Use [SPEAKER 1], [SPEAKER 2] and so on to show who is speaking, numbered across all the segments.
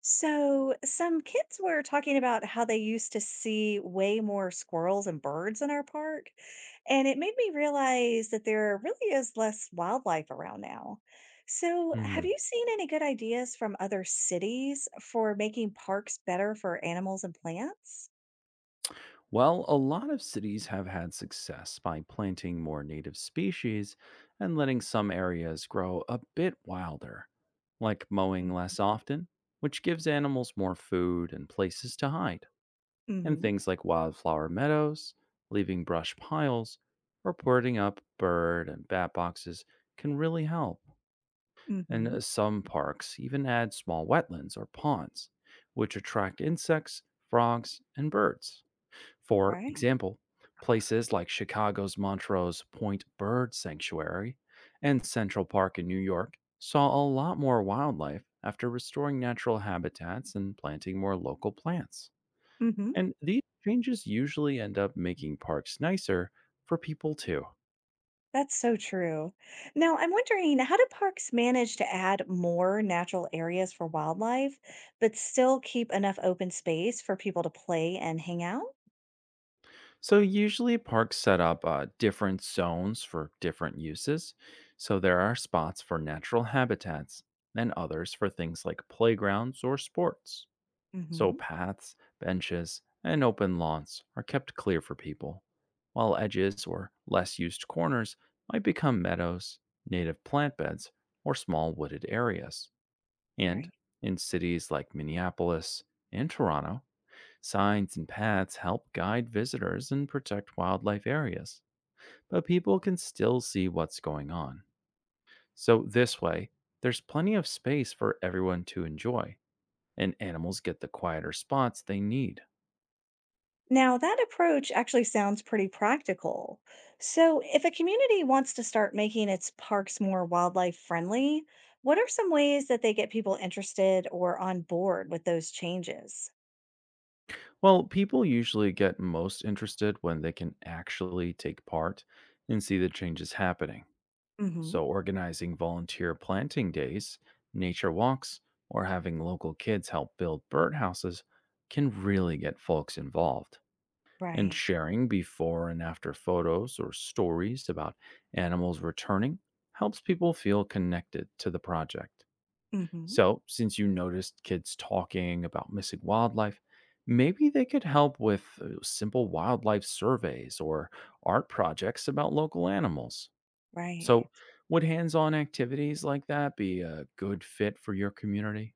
[SPEAKER 1] So, some kids were talking about how they used to see way more squirrels and birds in our park, and it made me realize that there really is less wildlife around now. So, have
[SPEAKER 2] Mhm.
[SPEAKER 1] you seen any good ideas from other cities for making parks better for animals and plants?
[SPEAKER 2] Well, a lot of cities have had success by planting more native species and letting some areas grow a bit wilder, like mowing less often, which gives animals more food and places to hide, and
[SPEAKER 1] Mm-hmm.
[SPEAKER 2] things like wildflower meadows, leaving brush piles, or putting up bird and bat boxes can really help. And
[SPEAKER 1] Mm-hmm.
[SPEAKER 2] Some parks even add small wetlands or ponds, which attract insects, frogs, and birds. For
[SPEAKER 1] Right.
[SPEAKER 2] example, places like Chicago's Montrose Point Bird Sanctuary and Central Park in New York saw a lot more wildlife after restoring natural habitats and planting more local plants.
[SPEAKER 1] Mm-hmm.
[SPEAKER 2] And these changes usually end up making parks nicer for people too.
[SPEAKER 1] That's so true. Now, I'm wondering how do parks manage to add more natural areas for wildlife, but still keep enough open space for people to play and hang out?
[SPEAKER 2] So, usually, parks set up different zones for different uses. So, there are spots for natural habitats and others for things like playgrounds or sports. So
[SPEAKER 1] Hmm.
[SPEAKER 2] paths, benches, and open lawns are kept clear for people, while edges or less used corners might become meadows, native plant beds, or small wooded areas. And
[SPEAKER 1] Right.
[SPEAKER 2] in cities like Minneapolis and Toronto, signs and paths help guide visitors and protect wildlife areas, but people can still see what's going on. So, this way, there's plenty of space for everyone to enjoy, and animals get the quieter spots they need.
[SPEAKER 1] Now, that approach actually sounds pretty practical. So, if a community wants to start making its parks more wildlife friendly, what are some ways that they get people interested or on board with those changes?
[SPEAKER 2] Well, people usually get most interested when they can actually take part and see the changes happening.
[SPEAKER 1] Hmm.
[SPEAKER 2] So, organizing volunteer planting days, nature walks, or having local kids help build birdhouses can really get folks involved. And
[SPEAKER 1] Right.
[SPEAKER 2] sharing before and after photos or stories about animals returning helps people feel connected to the project.
[SPEAKER 1] Hmm.
[SPEAKER 2] So, since you noticed kids talking about missing wildlife, maybe they could help with simple wildlife surveys or art projects about local animals.
[SPEAKER 1] Right.
[SPEAKER 2] So, would hands on activities like that be a good fit for your community?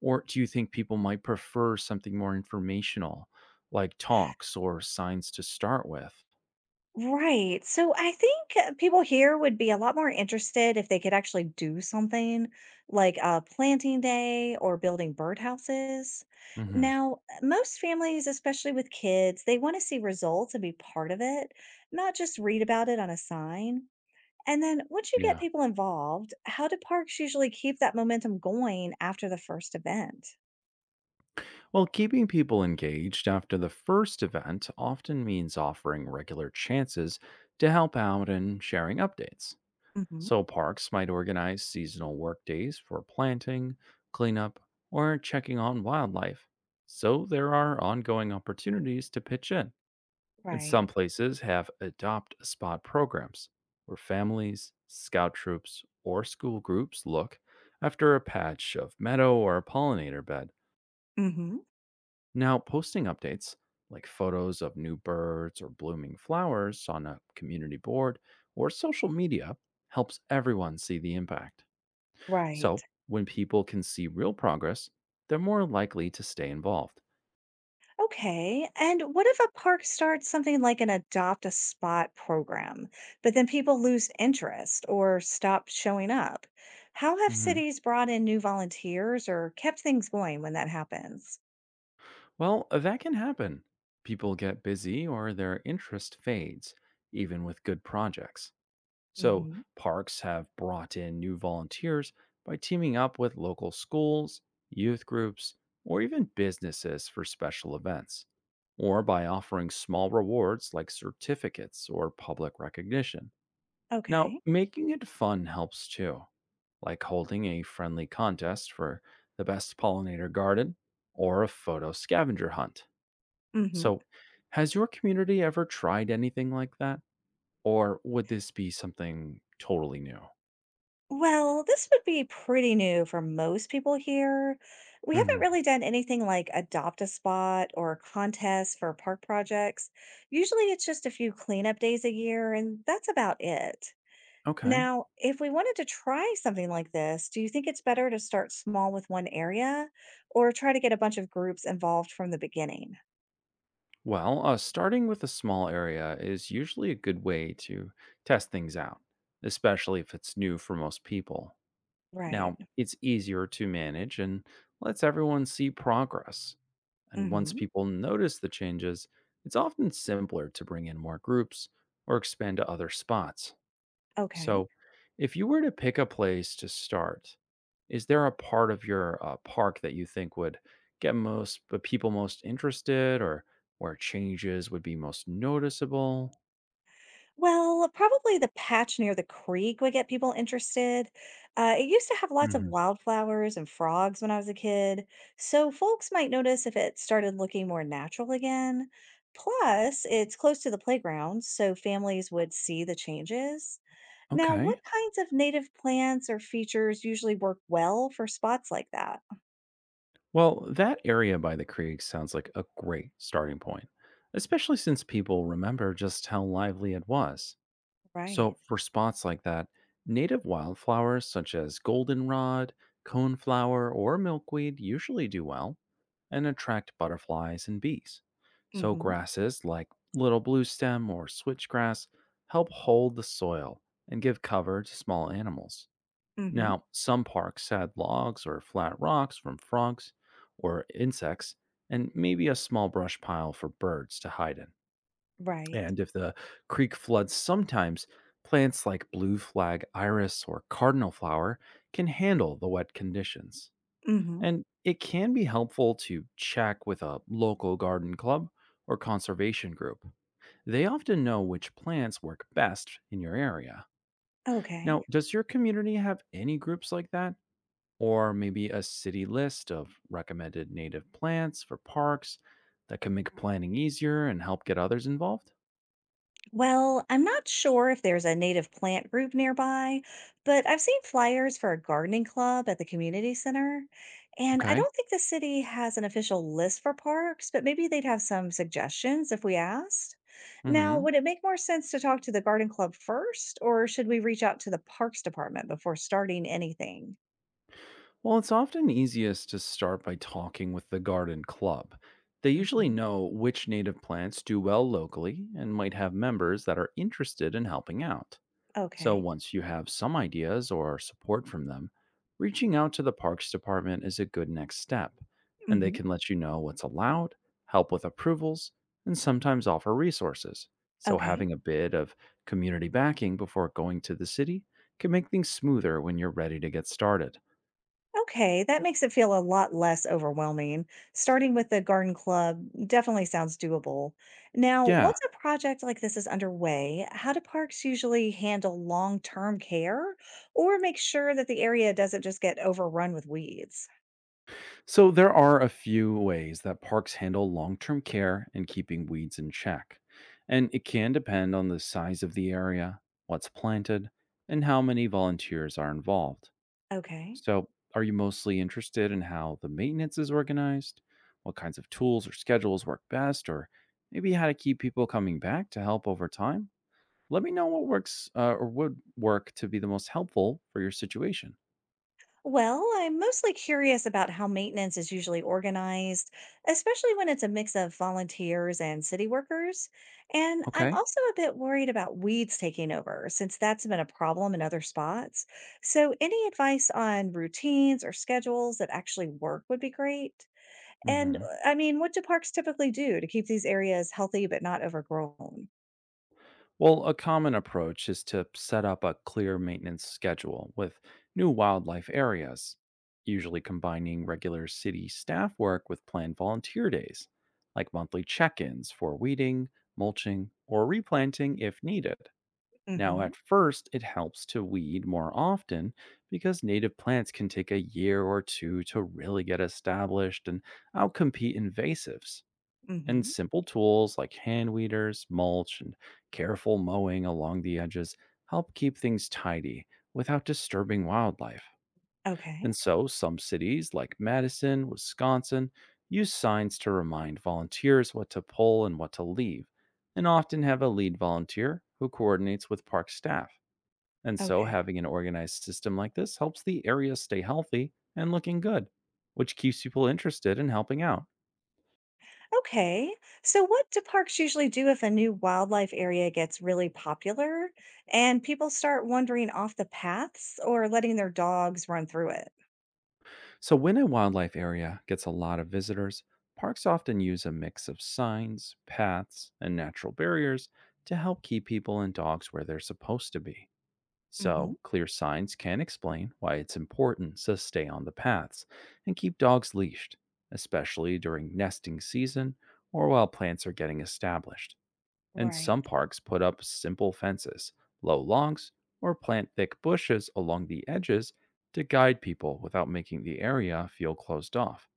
[SPEAKER 2] Or do you think people might prefer something more informational, like talks or signs to start with?
[SPEAKER 1] Right. So I think people here would be a lot more interested if they could actually do something like a planting day or building birdhouses.
[SPEAKER 2] hmm
[SPEAKER 1] Now, most families, especially with kids, they want to see results and be part of it, not just read about it on a sign. And then once you get
[SPEAKER 2] Yeah.
[SPEAKER 1] people involved, how do parks usually keep that momentum going after the first event?
[SPEAKER 2] Well, keeping people engaged after the first event often means offering regular chances to help out and sharing updates.
[SPEAKER 1] Hmm.
[SPEAKER 2] So, parks might organize seasonal work days for planting, cleanup, or checking on wildlife. So, there are ongoing opportunities to pitch in. And some
[SPEAKER 1] Right.
[SPEAKER 2] places have adopt a spot programs where families, scout troops, or school groups look after a patch of meadow or a pollinator bed.
[SPEAKER 1] Hmm.
[SPEAKER 2] Now, posting updates like photos of new birds or blooming flowers on a community board or social media helps everyone see the impact.
[SPEAKER 1] Right.
[SPEAKER 2] So, when people can see real progress, they're more likely to stay involved.
[SPEAKER 1] Okay. And what if a park starts something like an adopt a spot program, but then people lose interest or stop showing up? How have
[SPEAKER 2] hmm
[SPEAKER 1] cities brought in new volunteers or kept things going when that happens?
[SPEAKER 2] Well, that can happen. People get busy or their interest fades, even with good projects. So,
[SPEAKER 1] Hmm.
[SPEAKER 2] parks have brought in new volunteers by teaming up with local schools, youth groups, or even businesses for special events, or by offering small rewards like certificates or public recognition. Now,
[SPEAKER 1] Okay.
[SPEAKER 2] making it fun helps too, like holding a friendly contest for the best pollinator garden or a photo scavenger hunt.
[SPEAKER 1] Hmm.
[SPEAKER 2] So, has your community ever tried anything like that? Or would this be something totally new?
[SPEAKER 1] Well, this would be pretty new for most people here. We haven't
[SPEAKER 2] hmm
[SPEAKER 1] really done anything like adopt a spot or contests for park projects. Usually it's just a few cleanup days a year, and that's about it.
[SPEAKER 2] Okay.
[SPEAKER 1] Now, if we wanted to try something like this, do you think it's better to start small with one area or try to get a bunch of groups involved from the beginning?
[SPEAKER 2] Well, starting with a small area is usually a good way to test things out, especially if it's new for most people.
[SPEAKER 1] Right.
[SPEAKER 2] Now, it's easier to manage and lets everyone see progress. And once
[SPEAKER 1] Hmm.
[SPEAKER 2] people notice the changes, it's often simpler to bring in more groups or expand to other spots.
[SPEAKER 1] Okay.
[SPEAKER 2] So, if you were to pick a place to start, is there a part of your park that you think would get most the people most interested, or where changes would be most noticeable?
[SPEAKER 1] Well, probably the patch near the creek would get people interested. It used to have lots of
[SPEAKER 2] hmm
[SPEAKER 1] wildflowers and frogs when I was a kid, so folks might notice if it started looking more natural again. Plus, it's close to the playground, so families would see the changes. Now,
[SPEAKER 2] Okay.
[SPEAKER 1] what kinds of native plants or features usually work well for spots like that?
[SPEAKER 2] Well, that area by the creek sounds like a great starting point, especially since people remember just how lively it was.
[SPEAKER 1] Right.
[SPEAKER 2] So, for spots like that, native wildflowers such as goldenrod, coneflower, or milkweed usually do well and attract butterflies and bees. So,
[SPEAKER 1] Mm-hmm.
[SPEAKER 2] grasses like little bluestem or switchgrass help hold the soil and give cover to small animals.
[SPEAKER 1] Mm-hmm.
[SPEAKER 2] Now, some parks add logs or flat rocks from frogs or insects, and maybe a small brush pile for birds to hide in.
[SPEAKER 1] Right.
[SPEAKER 2] And if the creek floods sometimes, plants like blue flag iris or cardinal flower can handle the wet conditions.
[SPEAKER 1] Mm-hmm.
[SPEAKER 2] And it can be helpful to check with a local garden club or conservation group. They often know which plants work best in your area.
[SPEAKER 1] Okay.
[SPEAKER 2] Now, does your community have any groups like that? Or maybe a city list of recommended native plants for parks that can make planning easier and help get others involved?
[SPEAKER 1] Well, I'm not sure if there's a native plant group nearby, but I've seen flyers for a gardening club at the community center. And I
[SPEAKER 2] Okay.
[SPEAKER 1] don't think the city has an official list for parks, but maybe they'd have some suggestions if we asked.
[SPEAKER 2] Mm
[SPEAKER 1] Now,
[SPEAKER 2] hmm.
[SPEAKER 1] would it make more sense to talk to the garden club first, or should we reach out to the parks department before starting anything?
[SPEAKER 2] Well, it's often easiest to start by talking with the garden club. They usually
[SPEAKER 1] Hmm.
[SPEAKER 2] know which native plants do well locally and might have members that are interested in helping out. So
[SPEAKER 1] Okay.
[SPEAKER 2] once you have some ideas or support from them, reaching out to the parks department is a good next step, and they
[SPEAKER 1] Hmm.
[SPEAKER 2] can let you know what's allowed, help with approvals, and sometimes offer resources. So
[SPEAKER 1] Okay.
[SPEAKER 2] having a bit of community backing before going to the city can make things smoother when you're ready to get started.
[SPEAKER 1] Okay, that makes it feel a lot less overwhelming. Starting with the garden club definitely sounds doable. Now,
[SPEAKER 2] Yeah,
[SPEAKER 1] once a project like this is underway, how do parks usually handle long-term care or make sure that the area doesn't just get overrun with weeds?
[SPEAKER 2] so there are a few ways that parks handle long term care and keeping weeds in check, and it can depend on the size of the area, what's planted, and how many volunteers are involved.
[SPEAKER 1] Okay.
[SPEAKER 2] So, are you mostly interested in how the maintenance is organized, what kinds of tools or schedules work best, or maybe how to keep people coming back to help over time? Let me know what works or would work to be the most helpful for your situation.
[SPEAKER 1] Well, I'm mostly curious about how maintenance is usually organized, especially when it's a mix of volunteers and city workers. And I'm
[SPEAKER 2] Okay.
[SPEAKER 1] also a bit worried about weeds taking over since that's been a problem in other spots. So, any advice on routines or schedules that actually work would be great.
[SPEAKER 2] Mm
[SPEAKER 1] And
[SPEAKER 2] hmm.
[SPEAKER 1] I mean, what do parks typically do to keep these areas healthy but not overgrown?
[SPEAKER 2] Well, a common approach is to set up a clear maintenance schedule with new wildlife areas, usually combining regular city staff work with planned volunteer days, like monthly check ins for weeding, mulching, or replanting if needed. Now,
[SPEAKER 1] Hmm.
[SPEAKER 2] at first, it helps to weed more often because native plants can take a year or two to really get established and outcompete invasives. And
[SPEAKER 1] Hmm.
[SPEAKER 2] simple tools like hand weeders, mulch, and careful mowing along the edges help keep things tidy without disturbing wildlife.
[SPEAKER 1] Okay.
[SPEAKER 2] And so, some cities like Madison, Wisconsin, use signs to remind volunteers what to pull and what to leave, and often have a lead volunteer who coordinates with park staff. And so,
[SPEAKER 1] Okay.
[SPEAKER 2] having an organized system like this helps the area stay healthy and looking good, which keeps people interested in helping out.
[SPEAKER 1] Okay. So, what do parks usually do if a new wildlife area gets really popular and people start wandering off the paths or letting their dogs run through it?
[SPEAKER 2] So, when a wildlife area gets a lot of visitors, parks often use a mix of signs, paths, and natural barriers to help keep people and dogs where they're supposed to be.
[SPEAKER 1] Hmm.
[SPEAKER 2] So, clear signs can explain why it's important to stay on the paths and keep dogs leashed, especially during nesting season or while plants are getting established, and some
[SPEAKER 1] Right.
[SPEAKER 2] parks put up simple fences, low logs, or plant thick bushes along the edges to guide people without making the area feel closed off.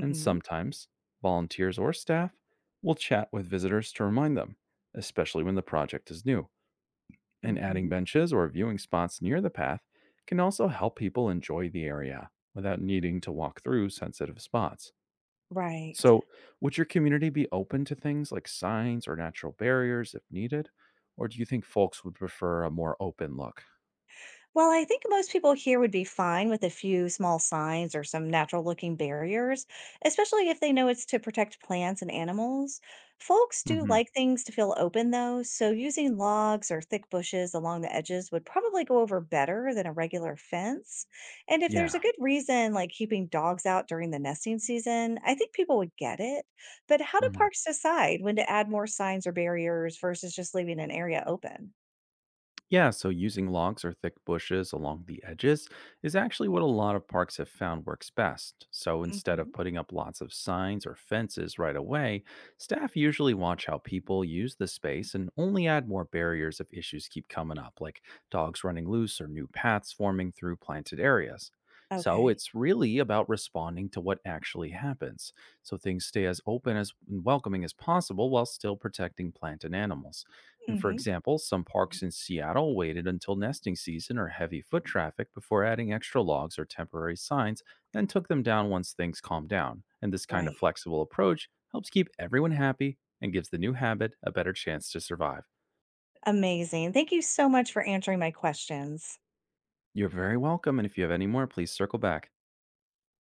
[SPEAKER 2] And sometimes volunteers or staff will chat with visitors to remind them, especially when the project is new. And adding
[SPEAKER 1] Hmm.
[SPEAKER 2] benches or viewing spots near the path can also help people enjoy the area without needing to walk through sensitive spots.
[SPEAKER 1] Right.
[SPEAKER 2] So, would your community be open to things like signs or natural barriers if needed? Or do you think folks would prefer a more open look?
[SPEAKER 1] Well, I think most people here would be fine with a few small signs or some natural looking barriers, especially if they know it's to protect plants and animals. Folks do
[SPEAKER 2] hmm
[SPEAKER 1] like things to feel open though, so using logs or thick bushes along the edges would probably go over better than a regular fence. And if there's a
[SPEAKER 2] Yeah.
[SPEAKER 1] good reason, like keeping dogs out during the nesting season, I think people would get it. But how do
[SPEAKER 2] Mhm.
[SPEAKER 1] parks decide when to add more signs or barriers versus just leaving an area open?
[SPEAKER 2] Yeah, so using logs or thick bushes along the edges is actually what a lot of parks have found works best. So instead
[SPEAKER 1] Hmm.
[SPEAKER 2] of putting up lots of signs or fences right away, staff usually watch how people use the space and only add more barriers if issues keep coming up, like dogs running loose or new paths forming through planted areas. So
[SPEAKER 1] Okay.
[SPEAKER 2] it's really about responding to what actually happens, so things stay as open as and welcoming as possible while still protecting plant and animals. And for
[SPEAKER 1] Hmm.
[SPEAKER 2] example, some parks in Seattle waited until nesting season or heavy foot traffic before adding extra logs or temporary signs, then took them down once things calmed down. And this kind of
[SPEAKER 1] Right.
[SPEAKER 2] flexible approach helps keep everyone happy and gives the new habit a better chance to survive.
[SPEAKER 1] Amazing. Thank you so much for answering my questions.
[SPEAKER 2] You're very welcome, and if you have any more, please circle back.